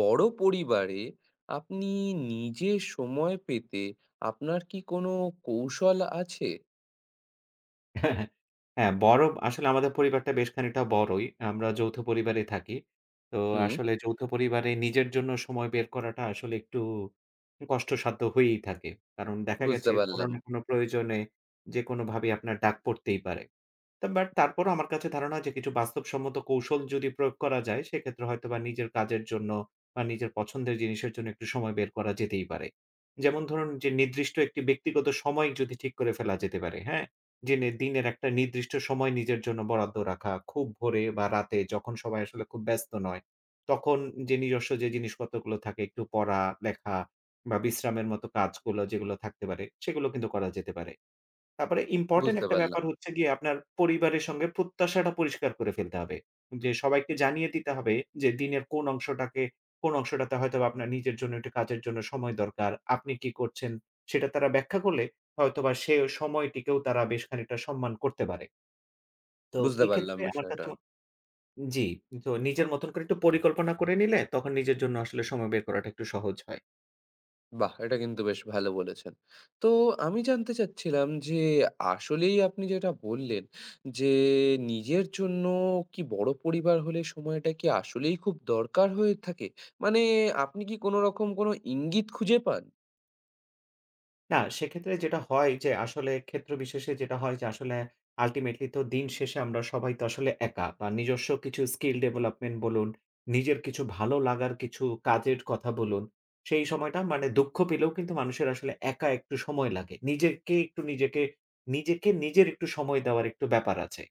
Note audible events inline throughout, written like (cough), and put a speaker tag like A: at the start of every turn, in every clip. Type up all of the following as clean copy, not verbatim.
A: বড় পরিবারে আপনি নিজে সময় পেতে আপনার কি কোনো কৌশল আছে?
B: হ্যাঁ, হ্যাঁ। হ্যাঁ, আসলে আমাদের পরিবারটা বেশ খানিকটা বড়ই। আমরা যৌথ পরিবারে থাকি। তো
A: হুম,
B: আসলে যৌথ পরিবারে নিজের জন্য সময় বের করাটা আসলে একটু কষ্টসাধ্য হয়েই থাকে। কারণ দেখা
A: বুঝতে
B: গেছে কোনো
A: পারলাম,
B: না কোনো প্রয়োজনে যেকোনোভাবেই আপনার ডাক পড়তেই পারে। তা বাট তারপরও আমার কাছে ধারণা যে কিছু বাস্তবসম্মত কৌশল যদি প্রয়োগ করা যায়, সেক্ষেত্রে হয়তোবা নিজের কাজের জন্য বা নিজের পছন্দের জিনিসের জন্য একটু সময় বের করা যেতেই পারে। যেমন ধরুন যে নির্দিষ্ট একটি ব্যক্তিগত সময় যদি ঠিক করে ফেলা যেতে পারে, হ্যাঁ? যে দিনের একটা নির্দিষ্ট সময় নিজের জন্য বরাদ্দ রাখা। খুব ভোরে বা রাতে যখন সবাই আসলে খুব ব্যস্ত নয়, তখন যে নিজস্ব যে জিনিসপত্রগুলো থাকে একটু পড়া, লেখা বা বিশ্রামের মতো কাজগুলো যেগুলো থাকতে পারে, সেগুলো কিন্তু করা যেতে পারে। তারপরে ইম্পোর্টেন্ট
A: বুঝতে
B: একটা
A: পারলাম,
B: ব্যাপার হচ্ছে গিয়ে আপনার পরিবারের সঙ্গে প্রত্যাশাটা পরিষ্কার করে ফেলতে হবে। যে সবাইকে জানিয়ে দিতে হবে যে দিনের কোন অংশটাকে কোন অংশটাতে হয়তোবা আপনার নিজের জন্য একটু কাজের জন্য সময় দরকার। আপনি কি করছেন সেটা তারা ব্যাখ্যা করলে হয়তোবা সে সময়টিকেও তারা বেশ খানিকটা সম্মান করতে পারে। তো
A: বুঝতে পারলাম
B: এক্ষেত্রে আমার কাছে
A: বিষয়টা।
B: জি, তো নিজের মতন করে একটু পরিকল্পনা করে নিলে তখন নিজের জন্য আসলে সময় বের করাটা একটু সহজ হয়।
A: বাহ! এটা কিন্তু বেশ ভালো বলেছেন। তো আমি জানতে চাচ্ছিলাম যে আসলেই আপনি যেটা বললেন যে নিজের জন্য কি বড় পরিবার হলে সময়টা কি আসলেই খুব দরকার হয়ে থাকে? মানে আপনি কি কোনোরকম কোনো ইঙ্গিত খুঁজে পান?
B: না, সেক্ষেত্রে যেটা হয় যে আসলে ক্ষেত্র বিশেষে যেটা হয় যে আসলে আল্টিমেটলি তো দিন শেষে আমরা সবাই তো আসলে একা বা নিজস্ব কিছু স্কিল ডেভেলপমেন্ট বলুন, নিজের কিছু ভালো লাগার কিছু কাজের কথা বলুন, সেই সময়টা মানে দুঃখ পেলেও কিন্তু মানুষের আসলে একা একটু সময় লাগে। নিজেকে নিজের একটু সময় দেওয়ার একটু ব্যাপার আছে।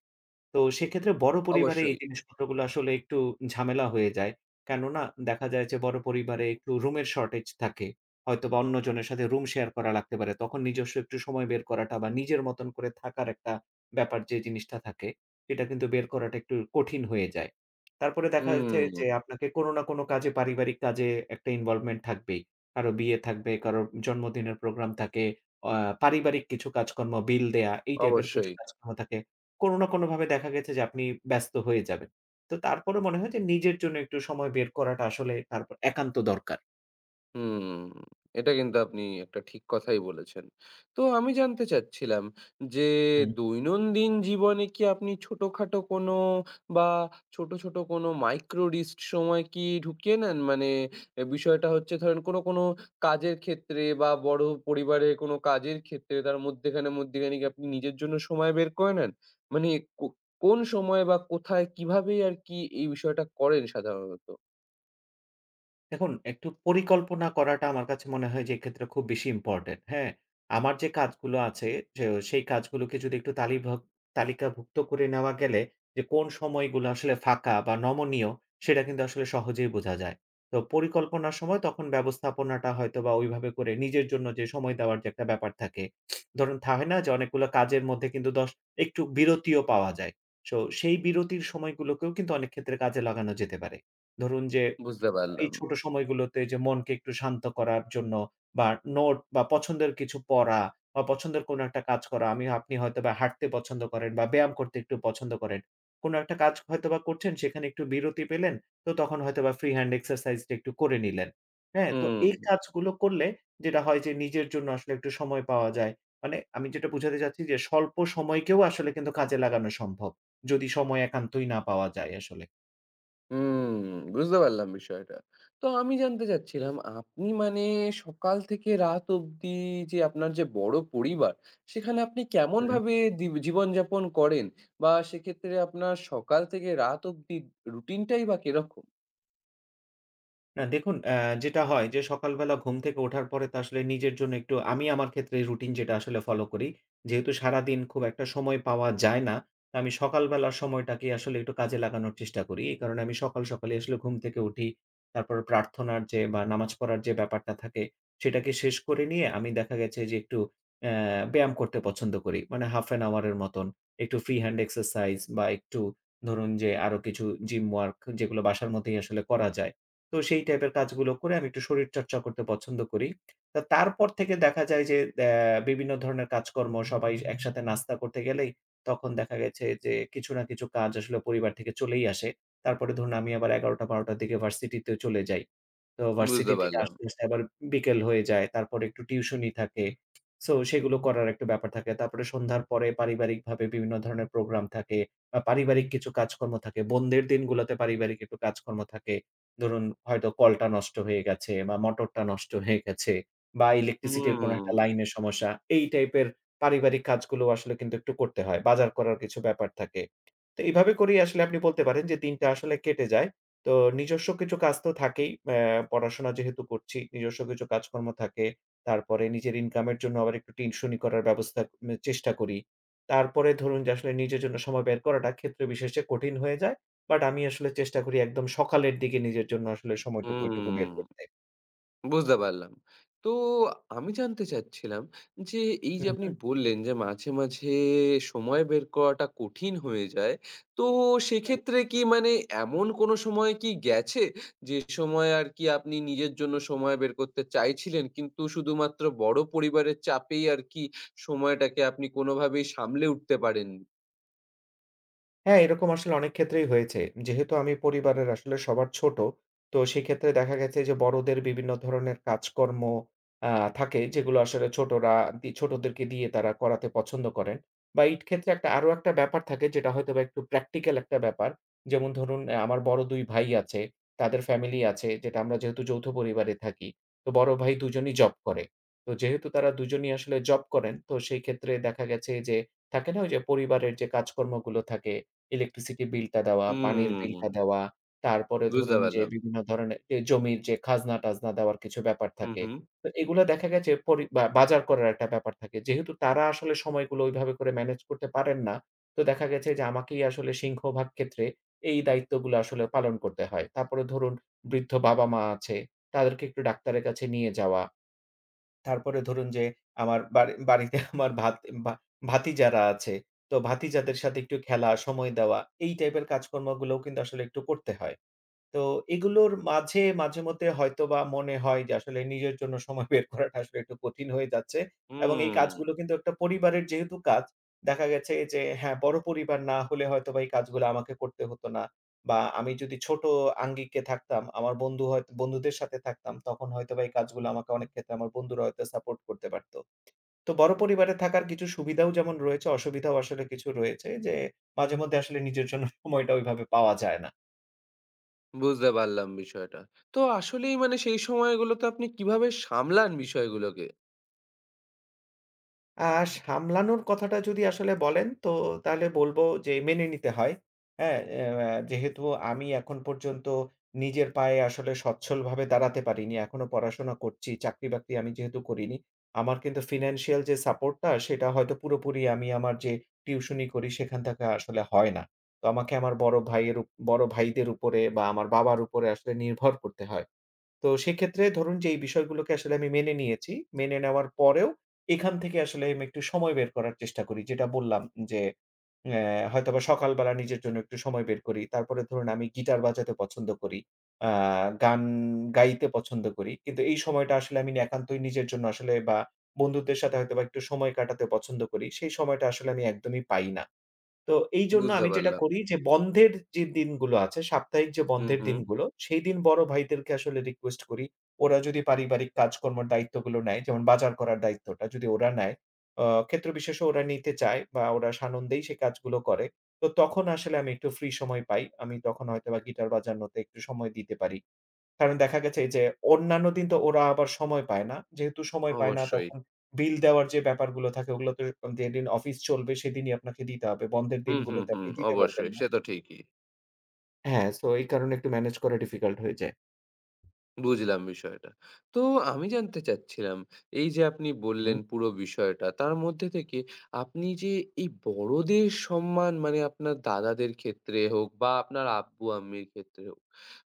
B: তো সেক্ষেত্রে বড় পরিবারে এই
A: অবশ্যই।
B: জিনিসপত্রগুলো আসলে একটু ঝামেলা হয়ে যায়। কেননা দেখা যায় যে বড় পরিবারে একটু রুমের শর্টেজ থাকে। হয়তোবা অন্যজনের সাথে রুম শেয়ার করা লাগতে পারে। তখন নিজস্ব একটু সময় বের করাটা বা নিজের মতন করে থাকার একটা ব্যাপার যে জিনিসটা থাকে, সেটা কিন্তু বের করাটা একটু কঠিন হয়ে যায়। তারপরে দেখা যাচ্ছে
A: হুম,
B: যে আপনাকে কোনো না কোনো কাজে পারিবারিক কাজে একটা ইনভলভমেন্ট থাকবেই। কারো বিয়ে থাকবে, কারো জন্মদিনের প্রোগ্রাম থাকে, আ পারিবারিক কিছু কাজকর্ম, বিল দেয়া এই টাইপের কিছু
A: অবশ্যই।
B: কাজকর্ম থাকে। কোনো না কোনোভাবে দেখা গেছে যে আপনি ব্যস্ত হয়ে যাবেন। তো তারপরেও মনে হয় যে নিজের জন্য একটু সময় বের করাটা আসলে তারপর একান্ত দরকার।
A: হুম, এটা কিন্তু আপনি একটা ঠিক কথাই বলেছেন। তো আমি জানতে চাচ্ছিলাম যে, দৈনন্দিন জীবনে কি আপনি ছোটখাটো কোনো বা ছোট, ছোট কোনো মাইক্রো রিস্ক সময় কি ঢুকিয়ে নেন? মানে এ বিষয়টা হচ্ছে ধরেন কোনো কাজের ক্ষেত্রে বা বড় পরিবারের কোনো কাজের ক্ষেত্রে তার মধ্যিখানে কি আপনি নিজের জন্য সময় বের করে নেন? মানে কো কোন সময় বা কোথায় কিভাবেই আরকি এই বিষয়টা করেন সাধারণত?
B: দেখুন, একটু পরিকল্পনা করাটা আমার কাছে মনে হয় যে এক্ষেত্রে খুব বেশি ইম্পোর্টেন্ট, হ্যাঁ? আমার যে কাজগুলো আছে যে সেই কাজগুলোকে যদি একটু তালিকাভুক্ত করে নেওয়া গেলে যে কোন সময়গুলো আসলে ফাঁকা বা নমনীয় সেটা কিন্তু আসলে সহজেই বোঝা যায়। তো পরিকল্পনার সময় তখন ব্যবস্থাপনাটা হয়তোবা ওইভাবে করে নিজের জন্য যে সময় দেওয়ার যে একটা ব্যাপার থাকে। ধরুন হয় না যে অনেকগুলো কাজের মধ্যে কিন্তু ১০ একটু বিরতিও পাওয়া যায়। সো সেই বিরতির সময়গুলোকেও কিন্তু অনেক ক্ষেত্রে কাজে লাগানো যেতে পারে। ধরুন যে
A: বুঝতে
B: এই
A: পারলাম।
B: ছোট সময়গুলোতে যে মনকে একটু শান্ত করার জন্য বা নোট বা পছন্দের কিছু পড়া বা পছন্দের কোনো একটা কাজ করা। আমি আপনি হয়তোবা হাঁটতে পছন্দ করেন বা ব্যায়াম করতে একটু পছন্দ করেন। কোনো একটা কাজ হয়তোবা করছেন সেখানে একটু বিরতি পেলেন। তো তখন হয়তোবা ফ্রি হ্যান্ড এক্সারসাইজ টা একটু করে নিলেন। হ্যাঁ? তো
A: হুম।
B: এই কাজগুলো করলে যেটা হয় যে নিজের জন্য আসলে একটু সময় পাওয়া যায়। মানে আমি যেটা বুঝাতে চাচ্ছি যে স্বল্প সময়কেও আসলে কিন্তু কাজে লাগানো সম্ভব। যদি সময় একান্তই না পাওয়া যায় আসলে।
A: হুম, বুঝতে পারলাম বিষয়টা। তো আমি জানতে চাচ্ছিলাম আপনি মানে সকাল থেকে রাত অবধি যে আপনার যে বড় পরিবার, সেখানে আপনি
B: হুম।
A: কেমনভাবে জীবনযাপন করেন? বা সেক্ষেত্রে আপনার সকাল থেকে রাত অবধি রুটিনটাই বা কিরকম?
B: না দেখুন, যেটা হয় যে সকালবেলা ঘুম থেকে ওঠার পরে তো আসলে নিজের জন্য একটু আমি আমার ক্ষেত্রে রুটিন যেটা আসলে ফলো করি। যেহেতু সারাদিন খুব একটা সময় পাওয়া যায় না, তো আমি সকালবেলার সময়টাকে আসলে একটু কাজে লাগানোর চেষ্টা করি। এই কারণে আমি সকালে আসলে ঘুম থেকে উঠি। তারপর প্রার্থনার যে বা নামাজ পড়ার যে ব্যাপারটা থাকে, সেটাকে শেষ করে নিয়ে আমি দেখা গেছে যে একটু অ্যা ব্যায়াম করতে পছন্দ করি। মানে হাফ অ্যান আওয়ার এর মতন। একটু ফ্রি হ্যান্ড এক্সারসাইজ বা একটু ধরুন যে আরো কিছু জিম ওয়ার্ক যেগুলো বাসার মধ্যেই আসলে করা যায়। তো সেই টাইপের কাজগুলো করে আমি একটু শরীরচর্চা করতে পছন্দ করি। তা তারপর থেকে দেখা যায় যে বিভিন্ন ধরনের কাজকর্ম সবাই একসাথে নাস্তা করতে গেলেই তখন দেখা গেছে যে কিছু না কিছু কাজ আসলে পরিবার থেকে চলেই আসে। তারপরে ধরুন আমি আবার ১১ঃ০০-১২ঃ০০ র দিকে ভার্সিটিতে চলে যাই। তো
A: বুঝতে
B: ভার্সিটি থেকে
A: পারলাম।
B: আসতে, আসতে আবার বিকেল হয়ে যায়। তারপরে একটু টিউশনি থাকে। সো সেগুলো করার একটা ব্যাপার থাকে। তারপরে সন্ধ্যার পরে পারিবারিকভাবে বিভিন্ন ধরনের প্রোগ্রাম থাকে বা পারিবারিক কিছু কাজকর্ম থাকে। বোনদের দিনগুলোতে পারিবারিক একটু কাজকর্ম থাকে। ধরুন হয়তো কলটা নষ্ট হয়ে গেছে বা মোটরটা নষ্ট হয়ে গেছে বা ইলেকট্রিসিটির কোনো একটা
A: হুম,
B: লাইনের সমস্যা। এই টাইপের পারিবারিক কাজগুলো আসলে কিন্তু একটু করতে হয়। বাজার করার কিছু ব্যাপার থাকে। তো এইভাবে করেই আসলে আপনি বলতে পারেন যে দিনটা আসলে কেটে যায়। তো নিজস্ব কিছু কাজ তো থাকেই। পড়াশোনা যেহেতু করছি, নিজস্ব কিছু কাজকর্ম থাকে। তারপরে নিজের ইনকামের জন্য আবার একটু টিউশনি করার ব্যবস্থা চেষ্টা করি। তারপরে ধরুন যে আসলে নিজের জন্য সময় বের করাটা ক্ষেত্র বিশেষে কঠিন হয়ে যায়। বাট আমি আসলে চেষ্টা করি একদম সকালের দিকে নিজের জন্য আসলে সময়টুকু ওইটুকু বের
A: হুম।
B: করতে।
A: বুঝতে পারলাম। তো আমি জানতে চাচ্ছিলাম যে, এই
B: হু,
A: যে আপনি
B: হু।
A: বললেন যে মাঝে মাঝে সময় বের করাটা কঠিন হয়ে যায়। তো সেক্ষেত্রে কি মানে এমন কোনো সময় কি গেছে, যে সময় আর কি আপনি নিজের জন্য সময় বের করতে চাইছিলেন, কিন্তু শুধুমাত্র বড় পরিবারের চাপেই আর কি সময়টাকে আপনি কোনোভাবেই সামলে উঠতে পারেননি?
B: হ্যাঁ, এরকম আসলে অনেক ক্ষেত্রেই হয়েছে। যেহেতু আমি পরিবারের আসলে সবার ছোট, তো সেক্ষেত্রে দেখা গেছে যে বড়দের বিভিন্ন ধরনের কাজকর্ম আ থাকে যেগুলো আসলে ছোটরা ছোটদেরকে দিয়ে তারা করাতে পছন্দ করেন। বা এই ক্ষেত্রে একটা আরো একটা ব্যাপার থাকে যেটা হয়তোবা একটু প্র্যাকটিক্যাল একটা ব্যাপার। যেমন ধরুন আমার বড় ২ ভাই আছে, তাদের ফ্যামিলি আছে যেটা আমরা যেহেতু যৌথ পরিবারে থাকি। তো বড় ভাই দুজনই জব করে। তো যেহেতু তারা দুজনই আসলে জব করেন, তো সেই ক্ষেত্রে দেখা গেছে যে থাকে না ওই যে পরিবারের যে কাজকর্মগুলো থাকে ইলেকট্রিসিটি বিলটা দেওয়া, পানির
A: হুম,
B: বিলটা দেওয়া, তারপরে
A: বুঝতে
B: ধরুন যে
A: পারলাম।
B: বিভিন্ন ধরনের যে জমির যে খাজনা-টাজনা দেওয়ার কিছু ব্যাপার
A: হুম,
B: থাকে।
A: হুম,
B: তো এগুলা দেখা গেছে পরি বা বাজার করার একটা ব্যাপার থাকে। যেহেতু তারা আসলে সময়গুলো ওইভাবে করে ম্যানেজ করতে পারেন না, তো দেখা গেছে যে আমাকেই আসলে সিংহভাগ ক্ষেত্রে এই দায়িত্বগুলো আসলে পালন করতে হয়। তারপরে ধরুন বৃদ্ধ বাবা-মা আছে, তাদেরকে একটু ডাক্তারের কাছে নিয়ে যাওয়া। তারপরে ধরুন যে আমার বাড়িতে (laughs) আমার ভা ভাতিজারা আছে। তো ভাতিজাদের সাথে একটু খেলা, সময় দেওয়া এই টাইপের কাজকর্মগুলোও কিন্তু আসলে একটু করতে হয়। তো এগুলোর মাঝেমধ্যে হয়তোবা মনে হয় যে আসলে নিজের জন্য সময় বের করাটা আসলে একটু কঠিন হয়ে যাচ্ছে এবং এই
A: হুম।
B: কাজগুলো কিন্তু একটা পরিবারের যেহেতু কাজ, দেখা গেছে যে হ্যাঁ, বড় পরিবার না হলে হয়তোবা এই কাজগুলো আমাকে করতে হতো না বা আমি যদি ছোট আঙ্গিকে থাকতাম, আমার বন্ধু হয়তো বন্ধুদের সাথে থাকতাম, তখন হয়তোবা এই কাজগুলো আমাকে অনেক ক্ষেত্রে আমার বন্ধুরা হয়তো সাপোর্ট করতে পারত। তো বড় পরিবারে থাকার কিছু সুবিধাও যেমন রয়েছে, অসুবিধাও আসলে কিছু রয়েছে যে মাঝেমধ্যে আসলে নিজের জন্য সময়টা ওইভাবে পাওয়া যায় না।
A: বুঝতে পারলাম বিষয়টা। তো আসলেই মানে সেই সময়গুলোতে আপনি কিভাবে সামলান বিষয়গুলোকে?
B: আ সামলানোর কথাটা যদি আসলে বলেন তো তাহলে বলব যে মেনে নিতে হয়। হ্যাঁ? যেহেতু আমি এখন পর্যন্ত নিজের পায়ে আসলে সচ্ছলভাবে দাঁড়াতে পারিনি। এখনো পড়াশোনা করছি। চাকরি-বাকরি আমি যেহেতু করিনি। আমার কিন্তু ফিন্যান্সিয়াল যে সাপোর্টটা সেটা হয়তো পুরোপুরি আমি আমার যে টিউশনি করি সেখান থেকে আসলে হয় না। তো আমাকে আমার বড় ভাইয়ের উপ বড় ভাইদের উপরে বা আমার বাবার উপরে আসলে নির্ভর করতে হয়। তো সেক্ষেত্রে ধরুন যে এই বিষয়গুলোকে আসলে আমি মেনে নিয়েছি। মেনে নেওয়ার পরেও এখান থেকে আসলে আমি একটু সময় বের করার চেষ্টা করি। যেটা বললাম যে অ্যা হয়তোবা সকালবেলা নিজের জন্য একটু সময় বের করি। তারপরে ধরুন আমি গিটার বাজাতে পছন্দ করি। আ গান গাইতে পছন্দ করি। কিন্তু এই সময়টা আসলে আমি একান্তই নিজের জন্য আসলে বা বন্ধুদের সাথে হয়তোবা একটু সময় কাটাতে পছন্দ করি। সেই সময়টা আসলে আমি একদমই পাই না। তো এইজন্য
A: বুঝতে
B: আমি যেটা
A: পারলাম।
B: করি যে বন্ধের যে দিনগুলো আছে, সাপ্তাহিক যে
A: হুম,
B: বন্ধের
A: হুম।
B: দিনগুলো, সেই দিন বড় ভাইদেরকে আসলে রিকোয়েস্ট করি। ওরা যদি পারিবারিক কাজকর্মের দায়িত্বগুলো নেয়, যেমন বাজার করার দায়িত্বটা যদি ওরা নেয়, ক্ষেত্র বিশেষে ওরা নিতে চায় বা ওরা সানন্দেই সেই কাজগুলো করে। তো তখন আসলে আমি একটু ফ্রি সময় পাই। আমি তখন হয়তোবা গিটার বাজানোতে একটু সময় দিতে পারি। কারণ দেখা গেছে যে অন্যান্য দিন তো ওরা আবার সময় পায় না। যেহেতু সময় পায় না
A: অবশ্যই।
B: তখন বিল দেওয়ার যে ব্যাপারগুলো থাকে ওগুলো তো যেদিন অফিস চলবে সেদিনই আপনাকে দিতে হবে। বন্ধের
A: হুম, হুম,
B: দিনগুলোতে
A: হুম।
B: আপনি দিতে পারবেন
A: অবশ্যই।
B: না।
A: সে তো ঠিকই।
B: হ্যাঁ, সো এই কারণে একটু ম্যানেজ করা ডিফিকাল্ট হয়ে যায়।
A: বুঝলাম বিষয়টা। তো আমি জানতে চাচ্ছিলাম, এই যে আপনি বললেন
B: হুম,
A: পুরো বিষয়টা, তার মধ্যে থেকে আপনি যে এই বড়দের সম্মান মানে আপনার দাদাদের ক্ষেত্রে হোক বা আপনার আব্বু-আম্মির ক্ষেত্রে হোক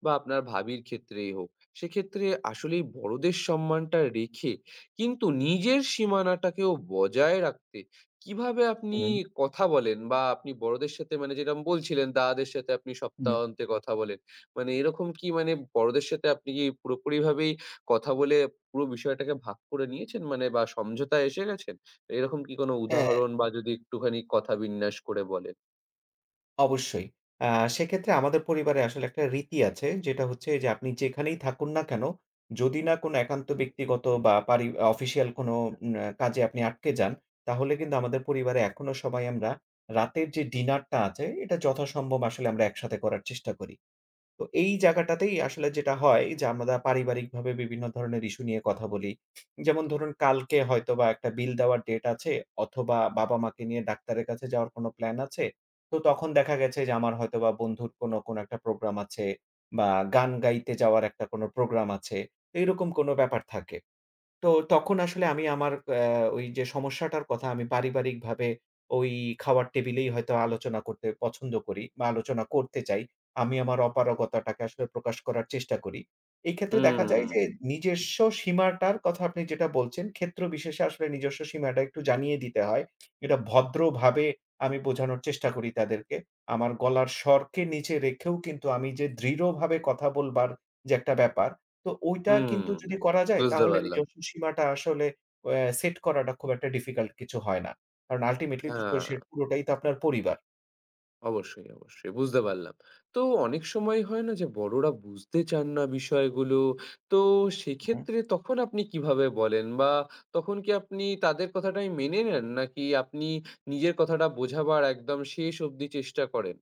A: বা আপনার ভাবির ক্ষেত্রেই হোক, সেক্ষেত্রে আসলেই বড়দের সম্মানটা রেখে কিন্তু নিজের সীমানাটাকেও বজায় রাখতে কিভাবে আপনি
B: হুম,
A: কথা বলেন বা আপনি বড়দের সাথে মানে যেরকম বলছিলেন দাদাদের সাথে আপনি
B: হুম।
A: সপ্তাহান্তে কথা বলেন। মানে এরকম কি মানে বড়দের সাথে আপনি কি পুরোপুরিভাবেই কথা বলে পুরো বিষয়টাকে ভাগ করে নিয়েছেন? মানে বা সমঝোতায় এসে গেছেন? এরকম কি কোনো
B: হ্যাঁ,
A: উদাহরণ বা যদি একটুখানি কথা বিন্যাস করে বলেন?
B: অবশ্যই। আ সেক্ষেত্রে আমাদের পরিবারে আসলে একটা রীতি আছে যেটা হচ্ছে যে আপনি যেখানেই থাকুন না কেন, যদি না কোনো একান্ত ব্যক্তিগত বা অফিসিয়াল কোনো উম আ কাজে আপনি আটকে যান, তাহলে কিন্তু আমাদের পরিবারে এখনো সবাই আমরা রাতের যে ডিনারটা আছে এটা যথাসম্ভব আসলে আমরা একসাথে করার চেষ্টা করি। তো এই জায়গাটাতেই আসলে যেটা হয় যে, আমরা পারিবারিকভাবে বিভিন্ন ধরনের ইস্যু নিয়ে কথা বলি। যেমন ধরুন কালকে হয়তোবা একটা বিল দেওয়ার ডেট আছে অথবা বাবা-মাকে নিয়ে ডাক্তারের কাছে যাওয়ার কোনো প্ল্যান আছে। তো তখন দেখা গেছে যে আমার হয়তোবা বন্ধুর কোনো একটা প্রোগ্রাম আছে বা গান গাইতে যাওয়ার একটা কোনো প্রোগ্রাম আছে। এইরকম কোনো ব্যাপার থাকে। তো তখন আসলে আমি আমার আ ওই যে সমস্যাটার কথা আমি পারিবারিকভাবে ওই খাওয়ার টেবিলেই হয়তো আলোচনা করতে পছন্দ করি বা আলোচনা করতে চাই। আমি আমার অপারগতাটাকে আসলে প্রকাশ করার চেষ্টা করি। এই ক্ষেত্রে দেখা যায়
A: হুম,
B: যে নিজস্ব সীমাটার কথা আপনি যেটা বলছেন, ক্ষেত্র বিশেষে আসলে নিজস্ব সীমাটা একটু জানিয়ে দিতে হয়। এটা ভদ্রভাবে আমি বোঝানোর চেষ্টা করি তাদেরকে। আমার গলার স্বরকে নিচে রেখেও কিন্তু আমি যে দৃঢ়ভাবে কথা বলবার যে একটা ব্যাপার, তো ওইটা কিন্তু
A: হুম,
B: যদি করা যায়
A: বুঝতে
B: তাহলে
A: পারলাম।
B: নিজস্ব সীমাটা আসলে সেট করাটা খুব একটা ডিফিকাল্ট কিছু হয় না। কারণ আল্টিমেটলি তো
A: হ্যাঁ।
B: সে পুরোটাই তো আপনার পরিবার।
A: অবশ্যই, অবশ্যই বুঝতে পারলাম। তো অনেক সময় হয় না যে বড়রা বুঝতে চান না বিষয়গুলো। তো
B: হুম।
A: সেক্ষেত্রে তখন আপনি কিভাবে বলেন? বা তখন কি আপনি তাদের কথাটাই মেনে নেন? নাকি আপনি নিজের কথাটা বোঝাবার একদম শেষ অবধি চেষ্টা করেন?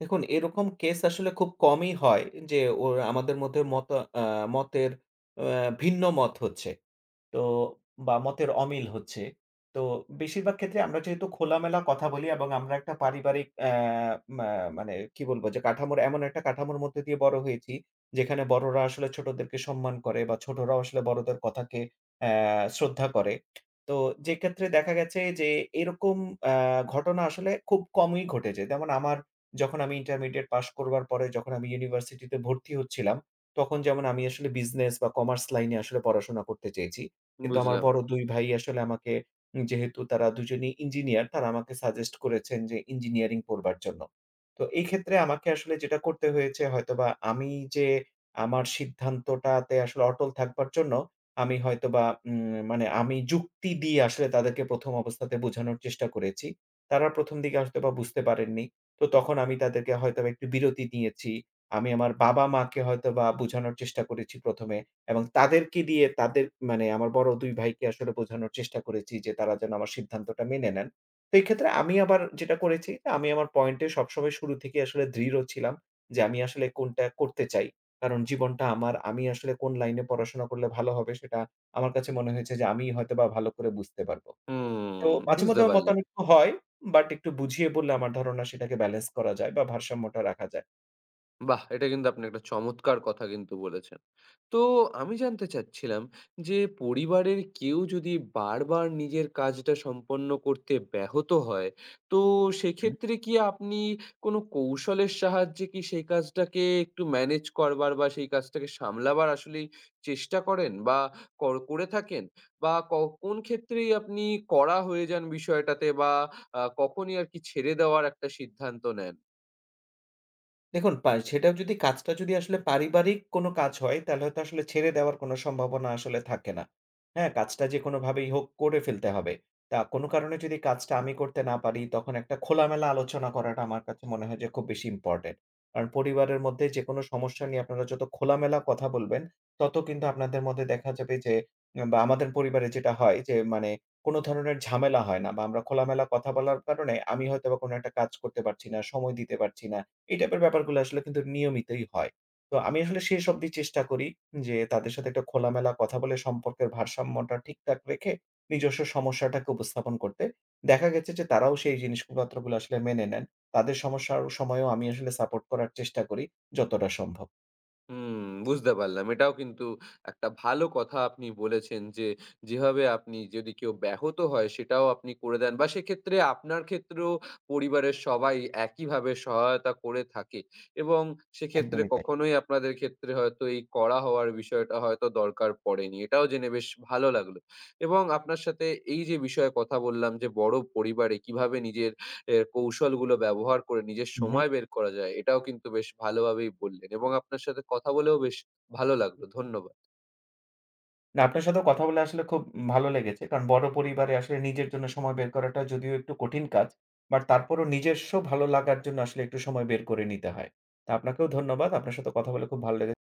B: দেখুন, এরকম কেস আসলে খুব কমই হয় যে ওর আমাদের মধ্যে মত আ মতের অ্যা ভিন্ন মত হচ্ছে। তো বা মতের অমিল হচ্ছে। তো বেশিরভাগ ক্ষেত্রে আমরা যেহেতু খোলামেলা কথা বলি এবং আমরা একটা পারিবারিক মা মানে কি বলব, যে কাঠামোর, এমন একটা কাঠামোর মধ্যে দিয়ে বড় হয়েছি, যেখানে বড়রা আসলে ছোটদেরকে সম্মান করে বা ছোটরাও আসলে বড়দের কথাকে শ্রদ্ধা করে। তো যে ক্ষেত্রে দেখা গেছে যে এরকম অ্যা ঘটনা আসলে খুব কমই ঘটেছে। যেমন আমার, যখন আমি ইন্টারমিডিয়েট পাস করবার পরে যখন আমি ইউনিভার্সিটিতে ভর্তি হচ্ছিলাম, তখন যেমন আমি আসলে বিজনেস বা কমার্স লাইন এ আসলে পড়াশোনা করতে চেয়েছি। কিন্তু আমার
A: বুঝলাম।
B: বড় ২ ভাই আসলে আমাকে, যেহেতু তারা দুজনেই ইঞ্জিনিয়ার, তারা আমাকে সাজেস্ট করেছেন যে ইঞ্জিনিয়ারিং পড়বার জন্য। তো এই ক্ষেত্রে আমাকে আসলে যেটা করতে হয়েছে হয়তোবা, আমি যে আমার সিদ্ধান্তটাতে আসলে অটল থাকবার জন্য আমি হয়তোবা মানে আমি যুক্তি দিয়ে আসলে তাদেরকে ১ম অবস্থাতে বোঝানোর চেষ্টা করেছি। তারা ১ম দিকে হয়তোবা বুঝতে পারেননি। তো তখন আমি তাদেরকে হয়তোবা একটু বিরতি দিয়েছি। আমি আমার বাবা-মাকে হয়তোবা বোঝানোর চেষ্টা করেছি ১ম এ। এবং তাদেরকে দিয়ে, তাদের মানে আমার বড় ২ ভাইকে আসলে বোঝানোর চেষ্টা করেছি যে তারা যেন আমার সিদ্ধান্তটা মেনে নেন। তো এই ক্ষেত্রে আমি আবার যেটা করেছি, আমি আমার পয়েন্টে সবসময় শুরু থেকেই আসলে দৃঢ় ছিলাম যে আমি আসলে কোনটা করতে চাই। কারণ জীবনটা আমার, আমি আসলে কোন লাইনে পড়াশোনা করলে ভালো হবে সেটা আমার কাছে মনে হয়েছে যে আমিই হয়তোবা ভালো করে বুঝতে পারব। তো
A: হুম,
B: মাঝে
A: বুঝতে
B: মধ্যে
A: পারলাম।
B: মতানৈক্য হয়, বাট একটু বুঝিয়ে বললে আমার ধারণা সেটাকে ব্যালেন্স করা যায় বা ভারসাম্যটা রাখা যায়।
A: বাহ! এটা কিন্তু আপনি একটা চমৎকার কথা কিন্তু বলেছেন। তো আমি জানতে চাচ্ছিলাম যে পরিবারের কেউ যদি বারবার নিজের কাজটা সম্পন্ন করতে ব্যাহত হয়, তো সেক্ষেত্রে কি আপনি কোনো কৌশলের সাহায্যে কি সেই কাজটাকে একটু ম্যানেজ করবার বা সেই কাজটাকে সামলাবার আসলেই চেষ্টা করেন বা করে থাকেন? বা কোন ক্ষেত্রেই আপনি কড়া হয়ে যান বিষয়টাতে বা কখনই আরকি ছেড়ে দেওয়ার একটা সিদ্ধান্ত নেন?
B: দেখুন, সেটা যদি, কাজটা যদি আসলে পারিবারিক কোনো কাজ হয়, তাহলে হয়তো আসলে ছেড়ে দেওয়ার কোনো সম্ভাবনা আসলে থাকে না। হ্যাঁ? কাজটা যে কোনোভাবেই হোক করে ফেলতে হবে। তা কোনো কারণে যদি কাজটা আমি করতে না পারি, তখন একটা খোলামেলা আলোচনা করাটা আমার কাছে মনে হয় যে খুব বেশি ইম্পোর্টেন্ট। কারণ পরিবারের মধ্যে যেকোনো সমস্যা নিয়ে আপনারা যত খোলামেলা কথা বলবেন, তত কিন্তু আপনাদের মধ্যে দেখা যাবে যে বা আমাদের পরিবারে যেটা হয় যে, মানে কোনো ধরনের ঝামেলা হয় না বা আমরা খোলামেলা কথা বলার কারণে আমি হয়তোবা কোনো একটা কাজ করতে পারছি না, সময় দিতে পারছি না। এই টাইপের ব্যাপারগুলো আসলে কিন্তু নিয়মিতই হয়। তো আমি আসলে শেষ অবধি চেষ্টা করি যে, তাদের সাথে একটা খোলামেলা কথা বলে সম্পর্কের ভারসাম্যটা ঠিকঠাক রেখে নিজস্ব সমস্যাটাকে উপস্থাপন করতে। দেখা গেছে যে, তারাও সেই জিনিসপত্রগুলো আসলে মেনে নেন। তাদের সমস্যার সময়েও আমি আসলে সাপোর্ট করার চেষ্টা করি যতটা সম্ভব।
A: হুম, বুঝতে পারলাম। এটাও কিন্তু একটা ভালো কথা আপনি বলেছেন যে, যেভাবে আপনি যদি কেউ ব্যাহত হয় সেটাও আপনি করে দেন বা সেক্ষেত্রে আপনার ক্ষেত্রেও পরিবারের সবাই একইভাবে সহায়তা করে থাকে এবং সেক্ষেত্রে
B: একদমই তাই।
A: কখনোই আপনাদের ক্ষেত্রে হয়তো এই কড়া হওয়ার বিষয়টা হয়তো দরকার পড়েনি। এটাও জেনে বেশ ভালো লাগলো এবং আপনার সাথে এই যে বিষয়ে কথা বললাম যে বড় পরিবারে কিভাবে নিজের এর কৌশলগুলো ব্যবহার করে নিজের
B: উহু।
A: সময় বের করা যায়। এটাও কিন্তু বেশ ভালোভাবেই বললেন এবং আপনার সাথে কথা বলেও বেশ ভালো লাগলো। ধন্যবাদ।
B: না, আপনার সাথেও কথা বলে আসলে খুব ভালো লেগেছে। কারণ বড় পরিবারে আসলে নিজের জন্য সময় বের করাটা যদিও একটু কঠিন কাজ। বাট তারপরও নিজস্ব ভালো লাগার জন্য আসলে একটু সময় বের করে নিতে হয়। তা আপনাকেও ধন্যবাদ। আপনার সাথে কথা বলে খুব ভালো লেগেছে।